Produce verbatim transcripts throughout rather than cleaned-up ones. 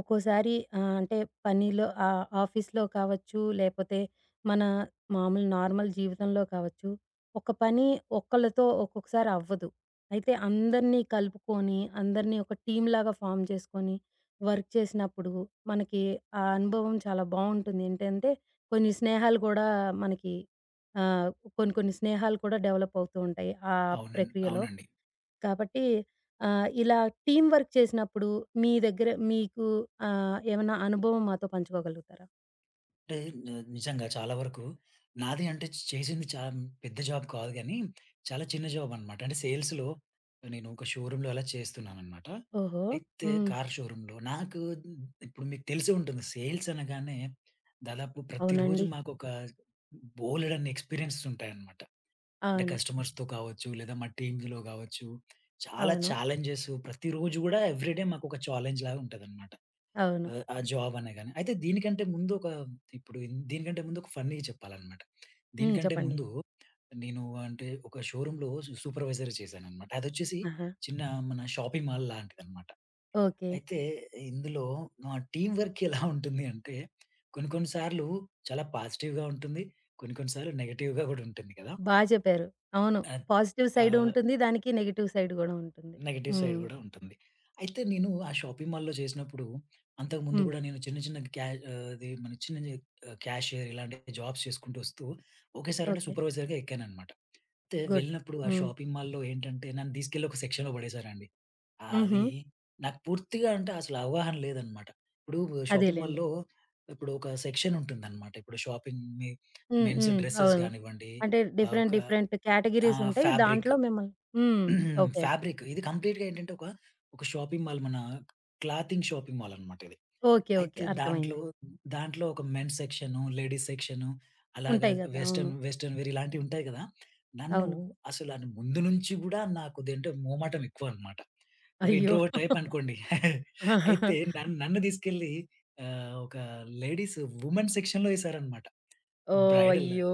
ఒక్కోసారి ఆహ్, అంటే పనిలో ఆహ్, ఆఫీస్‌లో కావచ్చు, లేపోతే మన మామూలు నార్మల్ జీవితంలో కావచ్చు, ఒక పని ఒక్కళ్ళతో ఒక్కొక్కసారి అవ్వదు. అయితే అందరినీ కలుపుకొని, అందరినీ ఒక టీమ్‌లాగా ఫార్మ్ చేసుకొని, వర్క్ చేసినప్పుడు మనకి ఆ అనుభవం చాలా బావుంటుంది. ఏంటంటే కొన్ని స్నేహాలు గూడా మనకి ఆహ్, కొన్ని కొన్ని స్నేహాలు కూడా డెవలప్ అవుతూ ఉంటాయి ఆ అవునండి. ప్రక్రియలో. అవునండి. కాబట్టి ఆహ్, ఇలా టీమ్ వర్క్ చేసినప్పుడు మీ దగ్గర మీకు ఆహ్, ఏమన్నా అనుభవం మాతో పంచుకోగలుగుతారా? అంటే న నిజంగా చాలా వరకు నాది అంటే చేసింది చా పెద్ద జాబ్ కాదు గానీ, చాలా చిన్న జాబ్ అనమాట. అంటే సేల్స్‌లో నేను ఒక షోరూమ్‌లో అలా చేస్తున్నాననమాట. ఓహో! అయితే హ్మ్. కార్ షోరూమ్‌లో నాకు ఇప్పుడు మీకు తెలిసే ఉంటుంది. సేల్స్ అనగానే దాదాపు ప్రతిరోజు అవునండి. మాకొక బోలెడన్ని ఎక్స్‌పీరియన్సెస్ ఉంటాయన్నమాట. అంటే హ్మ్. అవును. కస్టమర్స్‌తో కావచ్చు, లేదా మా టీమ్స్‌లో కావచ్చు, చాలా అవును. ఛాలెంజెస్ ప్రతిరోజు గూడా ఎవ్రీడే మాకొక ఛాలెంజ్ లాగా ఉంటదనమాట. అవును. ఆహ్, ఆ జాబ్ అనే గాని. అయితే దీనికంటే ముందు ఒక ఇప్పుడు ఇన్- దీనికంటే ముందు ఒక ఫన్నీ చెప్పాలన్నమాట. హ్మ్. దీనికంటే చెప్పండి. ముందు నేను అంటే ఒక షోరూమ్‌లో సు సూపర్వైజర్ చేశానన్నమాట. అదొచ్చేసి ఆహా! చిన్న మన షాపింగ్ మాల్ లాంటిదన్నమాట. ఓకే. అయితే ఇందులో మా టీమ్ వర్క్ ఎలా ఉంటుంది అంటే కొన్ని కొన్ని సార్లు చాలా పాజిటివ్‌గా ఉంటుంది. కొన్ని కొన్ని సార్లు నెగెటివ్‌గా గూడా ఉంటుంది కదా! బా చెప్పారు. అవును. ఆహ్, పాజిటివ్ సైడ్ ఆహ్ ఉంటుంది. దానికి నెగెటివ్ సైడ్ గూడా ఉంటుంది. నెగెటివ్ సైడ్ హ్మ్. గూడా ఉంటుంది. అయితే నేను ఆ షాపింగ్ మాల్‌లో చేసినప్పుడు, అంతకుముందు హ్మ్. గూడా నేను చిన్న చిన్న క్యా ఆహ్, అది మన చిన్న చి ఆహ్, క్యాషియర్ ఇలాంటి జాబ్స్ చేసుకుంటూ వస్తూ ఒకేసారి అంటే ఓకే. సూపర్వైజర్‌గా ఎక్కాననమాట. అయితే గుడ్. వెళ్ళినప్పుడు ఆ హ్మ్. షాపింగ్ మాల్‌లో ఏంటంటే నన్ను తీసుకెళ్ళి ఒక సెక్షన్‌లో పడేశారండి. ఆహ్, హుహు. అది నాకు పూర్తిగా అంటే అసలు అవగాహన లేదనమాట. ఇప్పుడు షాపింగ్ అదేలెండి. మాల్‌లో ఇప్పుడు ఒక సెక్షన్ ఉంటుందనమాట. ఇప్పుడు షాపింగ్ మె హ్మ్. మెన్స్ హ్మ్. డ్రెసెస్ అవును. గానివ్వండి, అంటే ఆహ్, ఒక డిఫరెంట్ డిఫరెంట్ కేటగరీస్ ఆహ్, ఉంటాయి. ఫ్యాబ్రిక్ దాంట్లో మిమ్మల్ని హ్మ్. ఓకే. ఫ్యాబ్రిక్ ఇది కంప్లీట్‌గా ఏంటంటే ఒక, ఒక షాపింగ్ మాల్ మన క్లాతింగ్ షాపింగ్ మాల్ అన్నమాట ఇది. ఓకే. ఓకే. అయితే దాంట్లో, అర్థమైంది. దాంట్లో ఒక మెన్స్ సెక్షను, లేడీస్ సెక్షను అలాగా ఉంటాయి గదా! అవును. వెస్టర్న్, వెస్టర్న్ వేర్ ఇలాంటివి ఉంటాయి కదా! నన్ను అవును. అసలు అది ముందు నుంచి గూడా నాకు ఇదేంటో మోమాటం ఎక్కువన్నమాట. ఒక అయ్యో! ఇంట్రోవర్ట్ టైప్ అనుకోండి. అయితే నన్ను, నన్ను తీసుకెళ్ళి ఆహ్, ఒక లేడీస్ వుమెన్ సెక్షన్‌లో ఏసారన్నమాట. ఓహ్! బ్రైడల్ అయ్యో!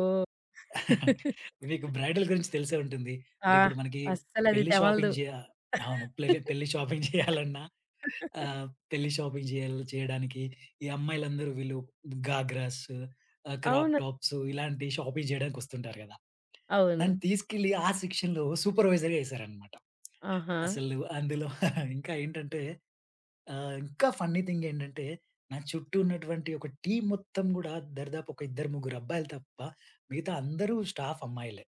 మీకు బ్రైడల్ గురించి తెలిసే ఉంటుంది. అంటే ఆ! ఇప్పుడు మనకి అస్సలది పెళ్లి తెమలదు. షాపింగ్ జేయ అవును. పెళ్లి పెళ్లి షాపింగ్ చేయాలన్నా ఆహ్, పెళ్లి షాపింగ్ చేయాలి చేయడానికి ఈ అమ్మాయిలందరూ వీళ్ళు గాగ్రాస్, ఆహ్, క్రాప్ అవును. టాప్స్ ఇలాంటి షాపింగ్ చేయడానికి వస్తుంటారు గదా! అవును. నన్ను తీసుకెళ్ళి ఆ సెక్షన్‌లో సూపర్వైజర్‌గా ఏసారనమాట. ఆహా! అసలు అందులో ఇంకా ఏంటంటే ఆహ్, ఇంకా ఫన్నీ థింగ్ ఏంటంటే నా చుట్టూ ఉన్నటువంటి ఒక టీమ్ మొత్తం గూడా దరిదాపు ఒక ఇద్దరు, ముగ్గురు అబ్బాయిలు తప్ప మిగతా అందరూ స్టాఫ్ అమ్మాయిలే.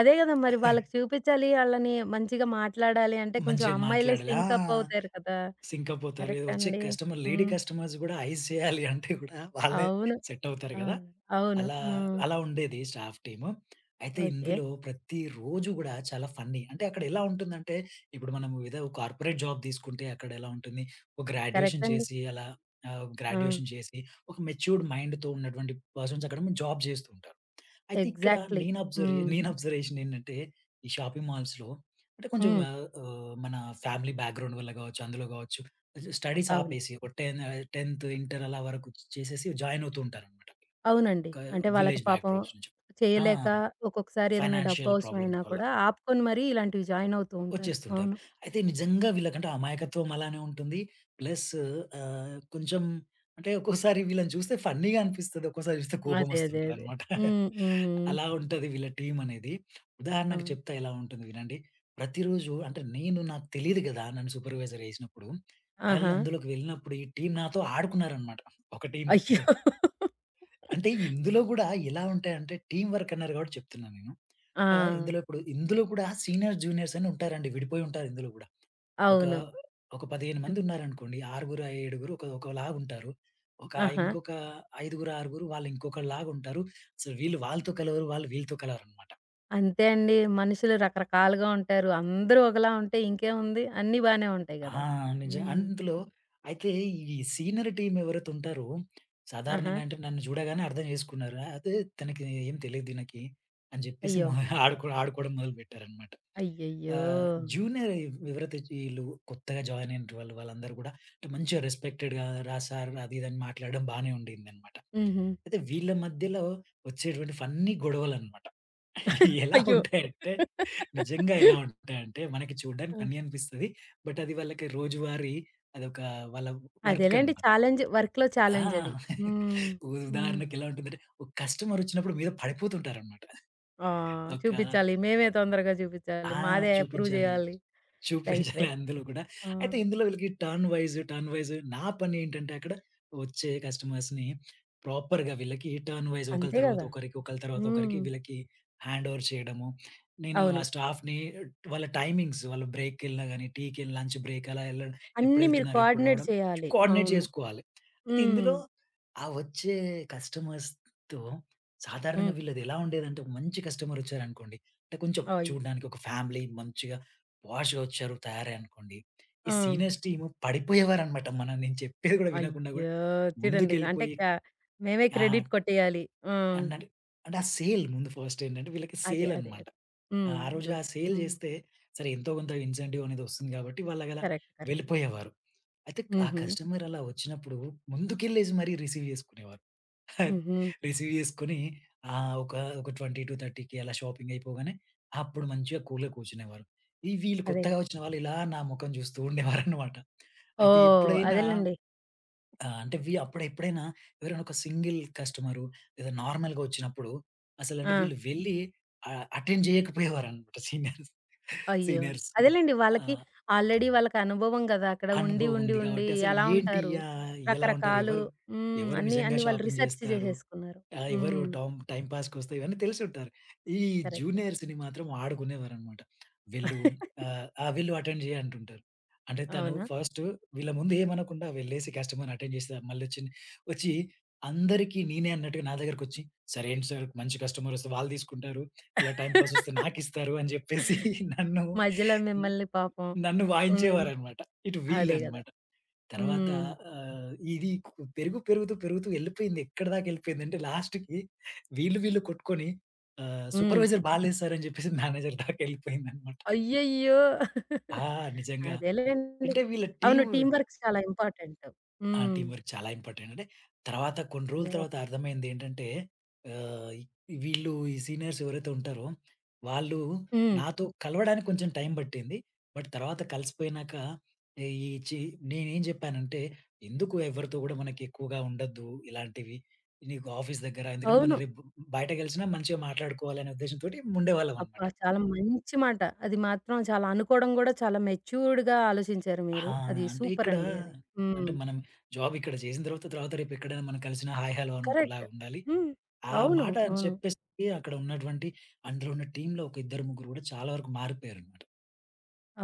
అదే గదా! మరి హే, వాళ్ళకి చూపిచ్చాలి, ఆళ్ళని మంచిగా మాట్లాడాలి అంటే కొంచెం మంచిగా అమ్మాయిలే మాట్లాడాలి. ఆ! సింక్ అప్ అవుతారు కదా! సింకయిపోతారు. కరెక్ట్ వచ్చే అండి. కస్టమర్ లేడీ హ్మ్. కస్టమర్స్ గూడా ఐస్ చేయాలి అంటే గూడా వాళ్ళే అవును. సెట్ అవుతారు ఆ! గదా! అవును. అలా, హ్మ్. అలా ఉండేది స్టాఫ్ టీము. అయితే ఓకే. ఇందులో ప్రతిరోజు గూడా చాలా ఫన్నీ. అంటే అక్కడ ఎలా ఉంటుందంటే, ఇప్పుడు మనం ఏదో కార్పొరేట్ జాబ్ తీసుకుంటే అక్కడ ఎలా ఉంటుంది, ఒక కరెక్ట్ గ్రాడ్యుయేషన్ అండి. చేసి అలా ఆహ్, ఆ! గ్రాడ్యుయేషన్ చేసి ఒక మెచ్యూర్డ్ మైండ్‌తో ఉన్నటువంటి పర్సన్స్ అక్కడ జాబ్ చేస్తూ ఉంటారు. అయితే ఇక్కడ ఎగ్జాక్ట్‌లీ. నేను అబ్జర్వ్ హ్మ్. నేను అబ్జర్వేషన్ ఏంటంటే, ఈ షాపింగ్ మాల్స్‌లో అంటే కొంచెం హ్మ్. ఆహ్, ఆహ్, మన ఫ్యామిలీ బ్యాక్‌గ్రౌండ్ వల్ల కావచ్చు, అందులో కావచ్చు స్టడీస్ అవును. ఆపేసి ఒక పది ఆహ్, 10థ్, ఇంటర్ అలా వరకు చేసేసి జాయిన్ అవుతూ ఉంటారనమాట. అవునండి. క అంటే వాళ్ళకి విలేజ్ పాపం బ్యాక్‌డ్రాప్స్ నుంచి. ఆ! చేయలేక ఒక్కొక్కసారి ఏదైనా ఫైనాన్షియల్ ప్రాబ్లమ్స్ డబ్బవసరమైనా వల్ల. కూడా ఆపుకొని మరీ ఇలాంటివి జాయిన్ అవుతూ ఉంటారు. వచ్చేస్తుంటారు. అవును. అయితే నిజంగా వీళ్ళకంటే అమాయకత్వం అలానే ఉంటుంది. ప్లస్ ఆహ్, కొంచెం అంటే ఒక్కోసారి వీళ్ళని చూస్తే ఫన్నీగా అనిపిస్తది. ఒక్కోసారి చూస్తే అదే. అదే. అదే. కోపమొస్తుంటదనమాట. హ్మ్. హ్మ్. అలా ఉంటది వీళ్ళ టీమ్ అనేది. ఉదాహరణకు అవును. చెప్తా ఎలా ఉంటుంది వినండి. ప్రతిరోజు అంటే నేను నాకు తెలీదు గదా! నన్ను సూపర్‌వైజర్ ఏసినప్పుడు. ఆళ్ళు ఆహా! అందులోకి వెళ్ళినప్పుడు ఈ టీమ్ నాతో ఆడుకున్నారనమాట. ఒక టీమ్. అయ్యో! అంటే ఇందులో గూడా ఎలా ఉంటాయంటే టీమ్ వర్క్ అన్నారు కాబట్టి చెప్తున్నా నేను. ఆ! ఆహ్, ఇందులో ఇప్పుడు ఇందులో కూడా సీనియర్స్, జూనియర్స్ అని ఉంటారండి. విడిపోయి ఉంటారు ఇందులో గూడా. ఒక, అవును. ఒక పదిహేను అన్ మంది ఉన్నారనుకోండి. ఆరుగురు, ఏడుగురు ఒక ఒకలాగుంటారు. ఒక ఆహా! ఇంకొక ఐదుగురు, ఆరుగురు వాళ్ళు ఇంకొకలాగుంటారు. అసలు వీళ్ళు వాళ్ళతో కలవరు. వాళ్ళు వీళ్ళతో కలవరనమాట. అంతే అండి. మనుషులు రకరకాలుగా ఉంటారు. అందరూ ఒకలా ఉంటే ఇంకేముంది? అన్నీ బానే ఉంటాయి ఆ! గదా! నిజం. హ్మ్. అందులో అయితే ఈ సీనియర్ టీమ్ ఎవరైతే ఉంటారో ఆహా! సాధారణంగా అంటే నన్ను చూడగానే అర్థం చేసుకున్నారు. అదే తనకి ఏం తెలీదు దీనికి అని చెప్పేసి అయ్యో! మొ ఆడుకో ఆడుకోవడం మొదలుపెట్టారనమాట. అయ్యయ్యో! ఆహ్, జూనియర్ ఎవరైతే ఈళ్ళు కొత్తగా జాయిన్ అయినటి వాళ్ళు వాళ్ళందరూ గూడా అంటే మంచిగా రెస్పెక్టెడ్‌గా "రా సార్" అది ఇది అని మాట్లాడడం బానే ఉండిందనమాట. హుహు. అయితే వీళ్ళ మధ్యలో వచ్చేటువంటి ఫన్నీ గొడవలనమాట. ఎలా అయ్యో! ఉంటాయంటే నిజంగా ఎలా ఉంటాయంటే మనకి చూడడానికి ఆ! ఫన్నీ అనిపిస్తది. బట్ అది వాళ్ళకి రోజువారీ అదొక వాళ్ళ వర్క్ అదేలెండి. అనమాట. ఛాలెంజ్ వర్క్‌లో ఛాలెంజది. ఆ! హ్మ్. హ్మ్. ఉదాహరణకి ఎలా ఉంటుందంటే ఒక కస్టమర్ వచ్చినప్పుడు మీద పడిపోతుంటారనమాట. ఆ! ఒక చూపిచ్చాలి. మేమే తొందరగా చూపిచ్చాలి. ఆ! మాదే ప్రూవ్ చూపించాలి. జేయాలి. రైట్. చూపించాలి రైట్. అందులో కూడా. ఆ! అయితే ఇందులో వీళ్ళకి టర్న్ వైస్, టర్న్ వైస్ నా పనేంటంటే అక్కడ వచ్చే కస్టమర్స్‌ని ప్రాపర్‌గా వీళ్ళకి టర్న్ వైస్ ఒకళ్ళ అంతే తర్వాత గదా! ఒకరికి, ఒకళ్ళ తర్వాత ఒకరికి హ్మ్. వీళ్ళకి హ్యాండ్ ఓవర్ చేయడము. నేను ఆ అవును. స్టాఫ్‌ని వాళ్ళ టైమింగ్స్ వాళ్ళ బ్రేక్‌కెళ్ళినా గాని, టీకి వెళ్ళి లంచ్ బ్రేక్ అలా ఎళ్ళడం అన్నీ మీరు ఎప్పుడెళ్తున్నారు, ఎప్పుడు కోఆర్డినేట్ రావడం చేయాలి. కోఆర్డినేట్ అవును. చేసుకోవాలి. అయితే హ్మ్. ఇందులో ఆ వచ్చే కస్టమర్స్‌తో సాధారణంగా హ్మ్. వీళ్ళది ఎలా ఉండేదంటే ఒక మంచి కస్టమర్ వచ్చారనుకోండి. అంటే కొంచెం అయ్యో! చూడడానికి ఒక ఫ్యామిలీ మంచిగా పాష్‌గా వచ్చారు, తయారయ్యారనుకోండి. ఈ ఆ! సీనియర్స్ టీమ్ పడిపోయేవారనమాట. మనం నేను చెప్పేది గూడా వినకుండా గూడా అయ్యో! చూడండి. అంటే ముందుకెళ్ళిపోయి క మేమే ఆహ్, క్రెడిట్ కొట్టేయాలి. ఆ! అన్నట్టు అంటే ఆ సేల్ ముందు ఫస్ట్ ఏంటంటే వీళ్ళకి అదే. సేల్ అదే. అదే. అనమాట. హ్మ్. ఆహ్, ఆ రోజు ఆ గుడ్. సేల్ హ్మ్. జేస్తే సరే ఎంతో కొంత ఇన్సెంటివ్ అనేది వస్తుంది గాబట్టి వాళ్ళలా కరెక్ట్. కరెక్ట్. వెళ్ళిపోయేవారు. అయితే ఆ హుహు. కస్టమర్ అలా వచ్చినప్పుడు ముందుకెళ్ళేసి మరీ రిసీవ్ జేసుకునేవారు. హుహు. రిసీవ్ చేసుకొని ఆహ్, ఒక, ఒక ఇరవై-30కి అలా షాపింగ్ అయిపోగానే అప్పుడు మంచిగా కూల్‌గా కూర్చునేవారు. ఈ వీళ్ళు అదే కొత్తగా గదా! వచ్చిన వాళ్ళు ఇలా నా ముఖం చూస్తూ ఉండేవారన్నమాట. అయితే ఓహ్! ఎప్పుడైనా అదేలెండి. ఆహ్, అంటే వి అప్పుడు ఎప్పుడైనా ఎవరైనా ఒక సింగిల్ కస్టమరు లేదా నార్మల్‌గా వచ్చినప్పుడు అసలంటే ఆ! వీళ్ళు వెళ్ళి ఆహ్, అటెండ్ చేయకపోయేవారన్నమాట సీనియర్స్. అయ్యో! సీనియర్స్ అదేలెండి. వాళ్ళకి ఆహ్, ఆల్రెడీ వాళ్ళకి అనుభవం గదా! అక్కడ ఉండి, అనుభవం ఉండి, ఉంది ఉండి కాబట్టి అసలు ఎలా ఏంటి ఉంటారు? ఆహ్, ఎలా ఉంటారు? రకరకాలు ఎవరు, హ్మ్. ఎవరు అన్నీ, నిజంగా అన్నీ వాళ్ళు షాపింగ్ రిసర్చ్ చేస్తారు? చేసేసుకున్నారు. ఆ! ఎవరు హ్మ్. టౌం టైమ్ పాస్‌కొస్తాయి. ఇవన్నీ తెలిసుంటారు. ఈ కరెక్ట్. జూనియర్స్‌ని మాత్రం ఆడుకునేవారనమాట. "వెళ్ళు ఆహ్, ఆ! వెళ్ళు అటెండ్ చెయి" అంటుంటారు. అంటే తను అవునా? ఫస్ట్ వీళ్ళ ముందు ఏమనకుండా వెళ్ళేసి కస్టమర్‌ని అటెండ్ చేసి మళ్ళొచ్చి వచ్చి అందరికీ నేనే అన్నట్టుగా నా దగ్గరకొచ్చి, "సార్ ఏంటి సార్ మంచి కస్టమర్ వస్తే వాళ్ళు తీసుకుంటారు. ఇలా టైమ్ పాస్ వస్తే నాకిస్తారు" అని చెప్పేసి నన్ను మధ్యలో మిమ్మల్ని పాపం నన్ను హ్మ్. వాయించేవారనమాట. ఇటు అదే గదా! వీళ్ళనమాట. తర్వాత హ్మ్. ఆహ్, ఇది కు పెరుగు పెరుగుతూ, పెరుగుతూ ఎళ్ళిపోయింది. ఎక్కడిదాకా ఎళ్ళిపోయిందంటే లాస్ట్‌కి వీళ్ళు, వీళ్ళు కొట్టుకొని ఆహ్, హ్మ్. సూపర్వైజర్ బాలేదు సార్ అని జెప్పేసి మేనేజర్ దాకా ఎళ్ళిపోయిందనమాట. అయ్యయ్యో! ఆ! నిజంగా. అదేలెండి. అంటే వీళ్ళ అవును. టీమ్ టీమ్ వర్క్స్ చాలా ఇంపార్టెంట్. ఆ! హ్మ్. టీమ్ వర్క్ చాలా ఇంపార్టెంట్. అంటే తర్వాత కొన్ని రోజుల అదే. ఒక్ తర్వాత అర్థమైందేంటంటే ఆహ్, వీళ్ళు ఈ సీనియర్స్ ఎవరైతే ఉంటారో వాళ్ళు హ్మ్. నాతో కలవడానికి కొంచెం టైం పట్టింది. బట్ తర్వాత కలిసిపోయినాక ఈ చి నేనేం చెప్పానంటే, "ఎందుకు ఎవరితో కూడా మనకి ఎక్కువగా ఉండొద్దు ఇలాంటివి. నీకు ఆఫీస్ దగ్గర ఎందుకంటే మనం అవును. రేపు బయట కలిసినా మంచిగా మాట్లాడుకోవాలి" అనే ఉద్దేశంతోటి ఉండేవాళ్ళం అనమాట. అబ్బా! చాలా మంచి మాట. అది మాత్రం చాలా అనుకోవడం గూడా చాలా మెచ్యూర్డ్‌గా ఆలోచించారు ఆ! మీరు. అది అంటే సూపర్ ఇక్కడ అండి అది. అంటే హ్మ్. మనం జాబ్ ఇక్కడ చేసిన తర్వాత, తర్వాత రేపు ఎక్కడైనా మనం కలిసినా హాయ్, హలో అని కరెక్ట్. ఒకలాగా ఉండాలి. హ్మ్. ఆ అవును. మాట అని అవును. చెప్పేసి అక్కడ ఉన్నటువంటి అందులో ఉన్న టీమ్‌లో ఒక ఇద్దరు, ముగ్గురు గూడా చాలా వరకు మారిపోయారనమాట.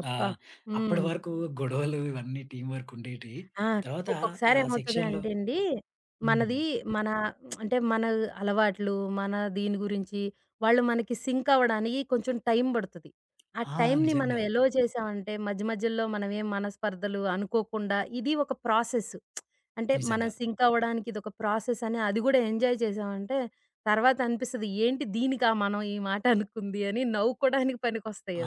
అబ్బా! ఆహ్, అప్పటి హ్మ్. వరకు గొడవలు ఇవన్నీ టీమ్ వర్క్ ఉండేటివి. ఆ! తర్వాత ఆ ఒక్కొక్కసారి సెక్షన్‌లో ఏమవుతదంటే అండి, హ్మ్. మనది మన అంటే మన అలవాట్లు, మన దీని గురించి వాళ్ళు మనకి సింక్ అవ్వడానికి కొంచెం టైం పడతది. ఆ ఆ! టైంని మనం నిజంగా. ఎలో చేసామంటే మధ్య మధ్యలో మనమేం మనస్పర్ధలు అనుకోకుండా ఇది ఒక ప్రాసెస్. అంటే మనం నిజంగా. సింక్ అవ్వడానికి ఇదొక ప్రాసెస్ అని అది కూడా ఎంజాయ్ చేసామంటే తర్వాత అనిపిస్తది ఏంటి దీనికా మనం ఈ మాట అనుకుంది అని నవ్వుకోడానికి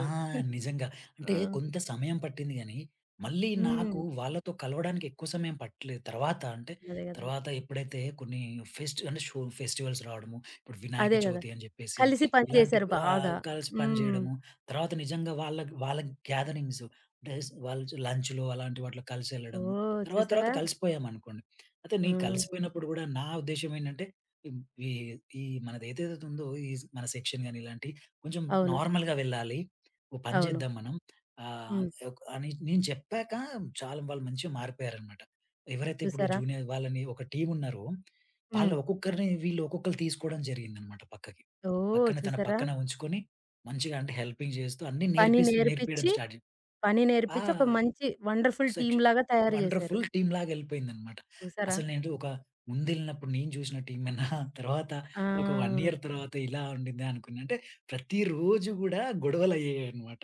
ఆ! నిజంగా. అంటే ఆ! కొంత సమయం పట్టింది గానీ, మళ్ళీ నాకు హ్మ్. వాళ్ళతో కలవడానికి ఎక్కువ సమయం పట్టలేదు. తర్వాత అంటే అదే గదా! తర్వాత ఎప్పుడైతే కొన్ని ఫెస్ట్ అంటే షో ఫెస్టివల్స్ రావడము, ఇప్పుడు వినాయక అదే గదా! చవితి అని జెప్పేసి కలిసి పని ఇలాంటి చేశారు ఆహ్, బాగా. కలిసి పని హ్మ్. జేయడము. తర్వాత నిజంగా వాళ్ళ వాళ్ళ గ్యాదరింగ్స్ అంటే వాళ్ళు లంచ్‌లో అలాంటి వాటిలో కలిసెళ్ళడము. ఓహ్! తర్వాత తర్వాత చూసారా? కలిసిపోయామనుకోండి. అయితే ఆ! నేను కలిసిపోయినప్పుడు గూడా నా ఉద్దేశ్యం ఏంటంటే, ఈ ఈ మనది ఏదైతే ఉందో ఈ మన సెక్షన్ గాని ఇలాంటివి కొంచెం అవును. నార్మల్‌గా వెళ్ళాలి. ఒక పని అవును. చేద్దాం మనం ఆహ్, హ్మ్. ఒక్ అని నేను చెప్పాక చాలా వాళ్ళు మంచిగా మారిపోయారనమాట. ఎవరైతే ఇప్పుడు చూసారా? జూనియర్ వాళ్ళని ఒక టీమ్ ఉన్నారో, హ్మ్. వాళ్ళు ఒక్కొక్కరిని వీళ్ళు ఒక్కొక్కళ్ళు తీసుకోవడం జరిగిందనమాట పక్కకి. ఓహ్! పక్కన తన చూసారా? పక్కన ఉంచుకొని మంచిగా అంటే హెల్పింగ్ చేస్తూ అన్నీ పని నేర్పిస్ నేర్పియడం నేర్పిచ్చి, స్టార్ట్ చే పని ఆ నేర్పిచ్చి ఒక మంచి వండర్‌ఫుల్ సెక్ష టీమ్‌లాగా తయారు జేశారు. వండర్‌ఫుల్ టీమ్‌లాగా ఎళ్ళిపోయిందనమాట. చూసారా? అసలు నేను ఒక ముందెళ్ళినప్పుడు నేను చూసిన టీమేనా తర్వాత ఒక 1 ఆ! ఇయర్ తర్వాత ఇలా ఉండిద్దా అనుకున్నా. అంటే ప్రతిరోజు గూడా గొడవలయ్యేయనమాట.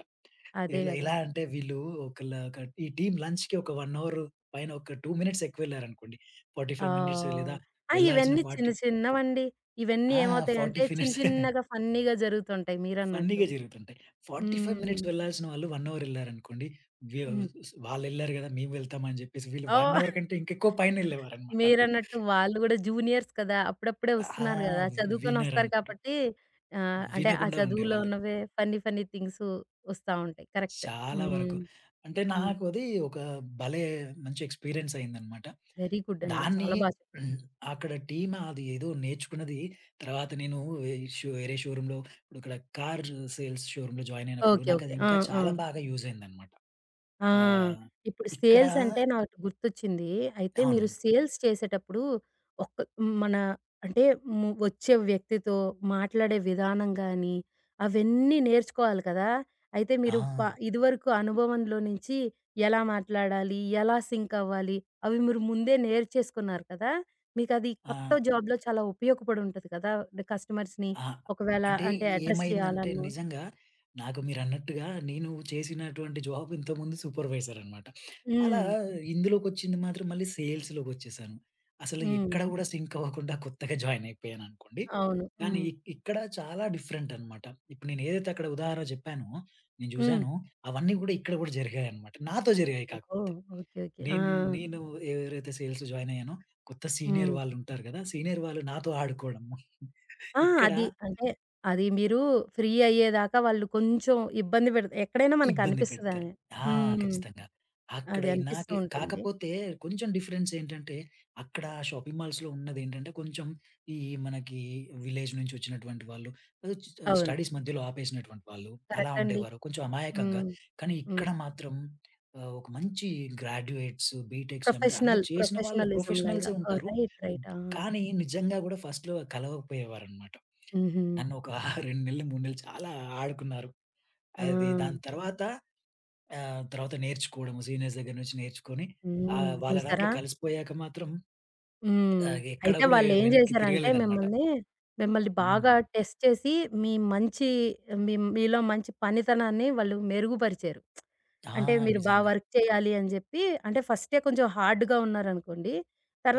అదే ఇలా గదా! ఎలా అంటే వీళ్ళు ఒకళ్ళ ఒక ఈ టీమ్ లంచ్‌కి ఒక వన్ అవర్ పైన ఒక టూ మినిట్స్ ఎక్కువెళ్లారనుకోండి. 45 మినిట్స్ ఆహ్, లేదా ఆ! వెళ్ళాల్సిన ఇవన్నీ చిన్న 40 చిన్నవండి. ఇవన్నీ ఆ! ఫోర్టీ ఏమవుతాయంటే చిన్న మినిట్స్ చిన్నగా ఫన్నీగా జరుగుతుంటాయి మీరన్నట్టు. ఫన్నీ‌గా జరుగుతుంటాయి. ఫోర్టీ ఫైవ్ హ్మ్. మినిట్స్ వెళ్ళాల్సిన వాళ్ళు వన్ అవర్ ఎళ్లారనుకోండి. వ్యవ్ హ్మ్. వాళ్ళెళ్లారు కదా! మేము వెళ్తాం అని చెప్పేసి వీళ్ళు వన్ ఓహ్! అవర్ కంటే ఇంకెక్కువ పైన ఎళ్ళేవారన్నమాట. మీరన్నట్టు వాళ్ళు గూడా జూనియర్స్ కదా! అప్పుడప్పుడే ఆ! వస్తున్నారు గదా! చదువుకొనొస్తారు వినరనమాట. కాబట్టి ఆహ్, అంటే ఆ వినకుండా చదువులో ఉండేవాళ్ళు. ఉన్నవే ఫన్నీ ఫన్నీ థింగ్స్ వస్తా ఉంటాయి. కరెక్ట్. చాలా హ్మ్. వరకు. అంటే హ్మ్. నాకు అది ఒక భలే మంచి ఎక్స్‌పీరియన్స్ అయిందన్నమాట. వెరీ గుడ్ అండి. దాన్ని చాలా బా చెప్పారు. ఉమ్, అక్కడ టీమ్ అది ఏదో నేర్చుకున్నది తర్వాత నేను వే షో వేరే షోరూమ్‌లో ఇప్పుడు ఇక్కడ కార్ సేల్స్ షోరూమ్‌లో జాయిన్ అయినప్పుడు ఓకే. ఓకే. నాకది ఆ! ఇంకా ఆ! చాలా బాగా యూజ్ అయిందన్నమాట. ఆ! ఆహ్, ఇప్పుడు ఇక్కడ సేల్స్ అంటే నాకు గుర్తొచ్చింది. అయితే మీరు అవును. సేల్స్ చేసేటప్పుడు ఒక్క మన అంటే ము వచ్చే వ్యక్తితో మాట్లాడే విధానం గానీ, అవన్నీ నేర్చుకోవాలి కదా! అయితే ఆ! మీరు ప ఇదివరకు అనుభవంలో నుంచి ఎలా మాట్లాడాలి? ఎలా సింక్ అవ్వాలి? అవి మీరు ముందే నేర్చేసుకున్నారు కదా! మీకది ఆ! కొత్త జాబ్‌లో చాలా ఉపయోగపడి ఉంటది కదా! కస్టమర్స్‌ని ఆ! ఒకవేళ అంటే అంటే అడ్రెస్ ఏమైందంటే చేయాలన్నా. నిజంగా నాకు మీరన్నట్టుగా నేను చేసినటువంటి జాబ్ ఇంతకుముందు సూపర్వైజర్ అనమాట. అలా హ్మ్. ఇందులోకొచ్చింది మాత్రం మళ్ళీ సేల్స్‌లోకొచ్చేసాను. అసలు హ్మ్. ఎక్కడ కూడా సింక్ అవ్వకుండా కొత్తగా జాయిన్ అయిపోయాననుకోండి. అవును. కానీ హ్మ్. హ్మ్. ఇ ఇక్కడ చాలా డిఫరెంట్ అనమాట. ఇప్పుడు నేను ఏదైతే అక్కడ ఉదాహరణ చెప్పానో, నేను హ్మ్. చూసాను అవన్నీ కూడా ఇక్కడ కూడా జరిగాయనమాట. నాతో జరిగాయి కాకపోతే. ఓహ్! ఓకే. ఓకే. ఆ! నేను నేను ఎవరైతే సేల్స్ జాయిన్ అయ్యానో కొత్త సీనియర్ హ్మ్. వాళ్ళుంటారు కదా! సీనియర్ వాళ్ళు నాతో ఆడుకోవడము. ఆ! ఇక్కడ అది. అంటే అది మీరు ఫ్రీ అయ్యేదాకా వాళ్ళు కొంచెం ఇబ్బంది పెడత ఎక్కడైనా ఇబ్బంది పెడతారు. మనకనిపిస్తదది. ఆ! హ్మ్. ఖచ్చితంగా. అక్కడ అది అనిపిస్తూ నాకే ఉంటుంది. కాకపోతే కొంచెం డిఫరెన్స్ ఏంటంటే, అక్కడ షాపింగ్ మాల్స్‌లో ఉన్నదేంటంటే, కొంచెం ఈ మనకి విలేజ్ నుంచి వచ్చినటువంటి వాళ్ళు, ఆహ్, అవును. స్టడీస్ మధ్యలో ఆపేసినటువంటి వాళ్ళు అలా కరెక్ట్ అండి. ఉండేవారు. కొంచెం అమాయకంగా. హ్మ్. కానీ హ్మ్. ఇక్కడ మాత్రం ఆహ్, ఒక మంచి గ్రాడ్యుయేట్స్, బీటెక్స్ అంటే అందరూ ప్రొఫెషనల్ చేసిన వాళ్ళు ప్రొఫెషనలిజం ప్రొఫెషనల్సే లాగా. ఆ! ఉంటారు. రైట్. రైట్. ఆ! కానీ నిజంగా కూడా ఫస్ట్‌లో కలవకపోయేవారన్నమాట. హుహు. నన్ను ఒక రెండు నెలలు, మూడు నెలలు చాలా ఆడుకున్నారు. ఆ! అది దాని తర్వాత ఆ! తర్వాత నేర్చుకోవడము సీనియర్స్ దగ్గర నుంచి నేర్చుకొని, హ్మ్. ఆహ్, వాళ్ళ ఓకే. దాంట్లో చూసారా? కలిసిపోయాక మాత్రం హ్మ్. ఆహ్, ఎక్కడ అయితే గూడా వాళ్ళేం వెనక్కి జేశారంటే తిరగలేదనమాట. మిమ్మల్ని, మిమ్మల్ని బాగా హ్మ్. టెస్ట్ చేసి మీ మంచి మీ మీలో మంచి పనితనాన్ని వాళ్ళు మెరుగుపరిచారు. ఆ! అంటే మీరు బా నిజంగా. వర్క్ చేయాలి అని జెప్పి అంటే ఫస్టే కొంచెం హార్డ్‌గా ఉన్నారనుకోండి.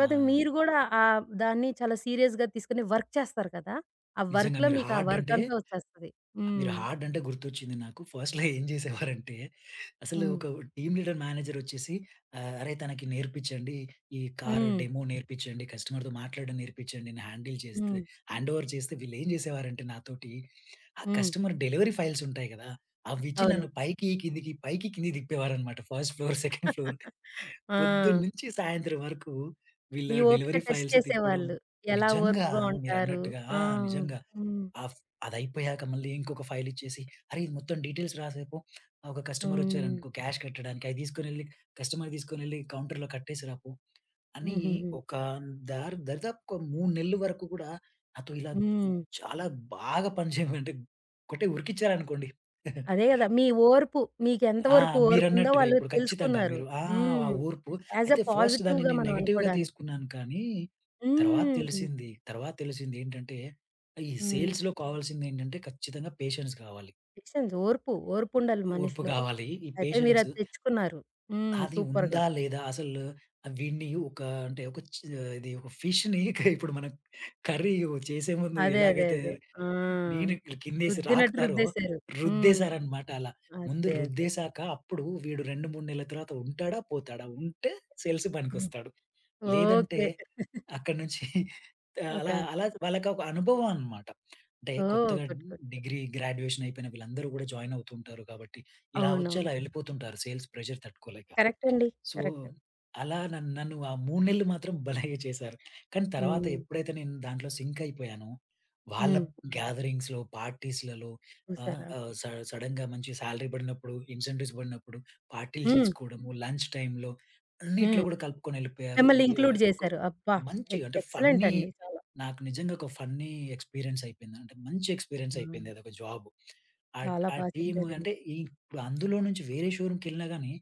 ఆ! మీరు గూడా ఆహ్, దాన్ని చాలా సీరియస్‌గా తీసుకొని వర్క్ చేస్తారు కదా! ఆ నిజంగా వర్క్‌లో మీరు మీకు ఆ హార్డ్ వర్క్ అంటే అంతా వచ్చేస్తది. మీరు హ్మ్. హార్డ్ అంటే గుర్తొచ్చింది నాకు. ఫస్ట్‌లో ఏం చేసేవారంటే, అసలు హ్మ్. ఒక టీమ్ లీడర్, మేనేజర్ వచ్చేసి ఆహ్, "అరే! తనకి నేర్పించండి. ఈ కారు హ్మ్. డెమో నేర్పించండి. కస్టమర్‌తో మాట్లాడడం నేర్పించండి. నేను హ్యాండిల్ చేస్తే హ్మ్. హ్యాండ్ ఓవర్ చేస్తే" వీళ్ళేం చేసేవారంటే నాతోటి, ఆ హ్మ్. కస్టమర్ డెలివరీ ఫైల్స్ ఉంటాయి కదా! అవిచ్చి అవును. నన్ను పైకి, కిందికి, పైకి, కిందికి తిప్పేవారనమాట. ఫస్ట్ ఫ్లోర్, సెకండ్ ఫ్లోర్ ఆ! పొద్దున్నుంచి సాయంత్రం వరకు వీళ్ళ మీ ఓపిక డెలివరీ టెస్ట్ ఫైల్స్ తిప్పడం. చేసేవాళ్ళు. ఎలా నిజంగా ఓర్పుగా ఉంటారు? మీరన్నట్టుగా ఆ! ఆ! నిజంగా. హ్మ్. ఆ అదయిపోయాక మళ్ళీ ఇంకొక ఫైల్ ఇచ్చేసి, "అరే! ఇది మొత్తం డీటెయిల్స్ రాసేపు. ఒక కస్టమర్ హ్మ్. వచ్చారనుకో క్యాష్ కట్టడానికి అయి తీసుకొనెళ్ళి కస్టమర్ తీసుకొనెళ్ళి కౌంటర్‌లో కట్టేసిరా పో" అని హుహుహు. ఒక దారి దరిదాపుగా మూడు నెలల వరకు కూడా నాతో ఇలా హ్మ్. చాలా బాగా పనిచేయమంటే కొట్టి ఉరికిచ్చారనుకోండి. అదే గదా! మీ ఓర్పు మీకెంత ఆ! వరకు ఓర్పుందో మీరన్నట్టుగా వాళ్ళు ఇప్పుడు ఖచ్చితంగా తెలుసుకున్నారు. మీరు ఆ! ఆ హ్మ్. ఊర్పు యాస్ ఎ అయితే ఫస్ట్ దాన్ని పాజిటివ్‌గా నేను మనం నెగెటివ్‌గా అనుకోడానికి. తీసుకున్నాను కానీ, తర్వాత హ్మ్. తెలిసింది, తర్వాత తెలిసింది ఏంటంటే, ఈ హ్మ్. సేల్స్‌లో కావాల్సిందేంటంటే ఖచ్చితంగా పేషెన్స్ కావాలి. పేషెన్స్ ఓర్పు, ఓర్పుండాలి ఓర్పు మనిషిలో. కావాలి. ఈ అయితే పేషెన్స్ మీరది తెచ్చుకున్నారు. హ్మ్. అది సూపర్‌గా. ఉందా? లేదా? అసలు వీడిని ఒక అంటే ఒక చ్ ఇది ఒక ఫిష్‌ని ఇప్పుడు మనం కర్రీ చేసే ముందు అదే. అదే. ఎలాగైతే అదే. ఆ! నీళ్ళు కిందేసి రుద్దినట్టు రాకుతారో రుద్దేశారు. హ్మ్. రుద్దేశారనమాట అలా. ముందు అదే. అదే. రుద్దేశాక అప్పుడు వీడు రెండు, మూడు నెలల తర్వాత ఉంటాడా? పోతాడా? ఉంటే సేల్స్ హ్మ్. పనికొస్తాడు. లేదంటే ఓకే. అక్కడి నుంచి ఒక అలా అలా వాళ్ళకి ఒక అనుభవం అనమాట. అంటే ఓహ్! కొత్తగా good. Good. Good. Degree, graduation అయిపోయిన వీళ్ళందరూ కూడా జాయిన్ అవుతూ ఉంటారు కాబట్టి ఇలా వచ్చి అవునవును. అలా వెళ్ళిపోతుంటారు సేల్స్ ప్రెషర్ తట్టుకోలేక. కరెక్ట్ అండి. So, correct. అలా నన్ నన్ను ఆ మూడు నెలలు మాత్రం భలేగా చేశారు. కానీ తర్వాత హ్మ్. ఎప్పుడైతే నేను దాంట్లో సింక్ అయిపోయానో, వాళ్ళ హ్మ్. గ్యాదరింగ్స్‌లో, పార్టీస్‌లలో ఆహ్, చూసారా? ఆహ్, స సడెన్‌గా మంచి సాలరీ పడినప్పుడు, ఇన్సెంటివ్స్ పడినప్పుడు, పార్టీలు హ్మ్. చేసుకోవడము, లంచ్ టైమ్‌లో అన్నిట్లో హ్మ్. కూడా కలుపుకొని ఎళ్ళిపోయారు. మిమ్మల్ని ఈ ఇంక్లూడ్ ఆహ్, ఒక చేశారు. అబ్బా! మంచి ఎక్ అంటే ఎక్సలెంట్ ఫన్నీ అండి చాలా. నాకు నిజంగా ఒక ఫన్నీ ఎక్స్‌పీరియన్స్ అయిపోయింది. అంటే మంచి ఎక్స్‌పీరియన్స్ హ్మ్. అయిపోయింది అదొక జాబ్. ఆ చాలా ఆ బా టీమ్ హ్మ్. చెప్పారండి. అంటే ఇప్పుడు అందులో నుంచి వేరే షోరూమ్‌కెళ్ళినా గాని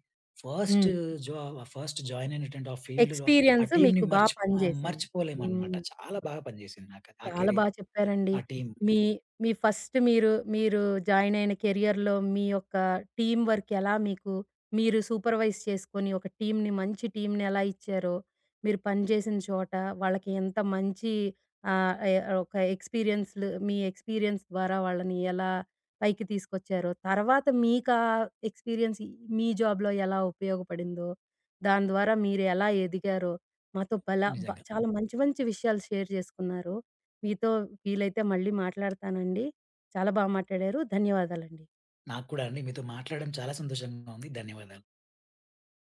ఫస్ట్ హ్మ్. జా ఫస్ట్ జాయిన్ అయినటువంటి ఆ ఫీల్డ్‌లో ఆ ఎక్స్‌పీరియన్స్ టీమ్‌ని మీకు బా మర్చి ఆహ్, పనిచేసింది. మర్చిపోలేమనమాట. హ్మ్. చాలా బాగా పనిచేసింది నాకు ఆ చాలా బా కెరీర్, చెప్పారండి. ఆ టీమ్ మీ మీ ఫస్ట్ మీరు, మీరు జాయిన్ అయిన కెరియర్‌లో మీ యొక్క టీమ్ వర్క్ ఎలా మీకు మీరు సూపర్వైజ్ చేసుకొని ఒక టీమ్‌ని మంచి టీమ్‌ని ఎలా ఇచ్చారో, మీరు పనిచేసిన చోట వాళ్ళకి ఎంత మంచి ఆహ్, ఎ ఒక ఎక్స్‌పీరియన్స్‌లు మీ ఎక్స్‌పీరియన్స్ ద్వారా వాళ్ళని ఎలా పైకి తీసుకొచ్చారో, తర్వాత మీకా ఎక్స్‌పీరియన్స్ మీ జాబ్‌లో ఎలా ఉపయోగపడిందో, దాని ద్వారా మీరు ఎలా ఎదిగారో, మాతో భలా బా నిజంగా. చాలా మంచి మంచి విషయాలు షేర్ చేసుకున్నారు. మీతో వీలైతే మళ్ళీ మాట్లాడతానండి. చాలా బా మాట్లాడారు. ధన్యవాదాలండి. నాకు కూడా అండి మీతో మాట్లాడడం చాలా సంతోషంగా ఉంది. ధన్యవాదాలు.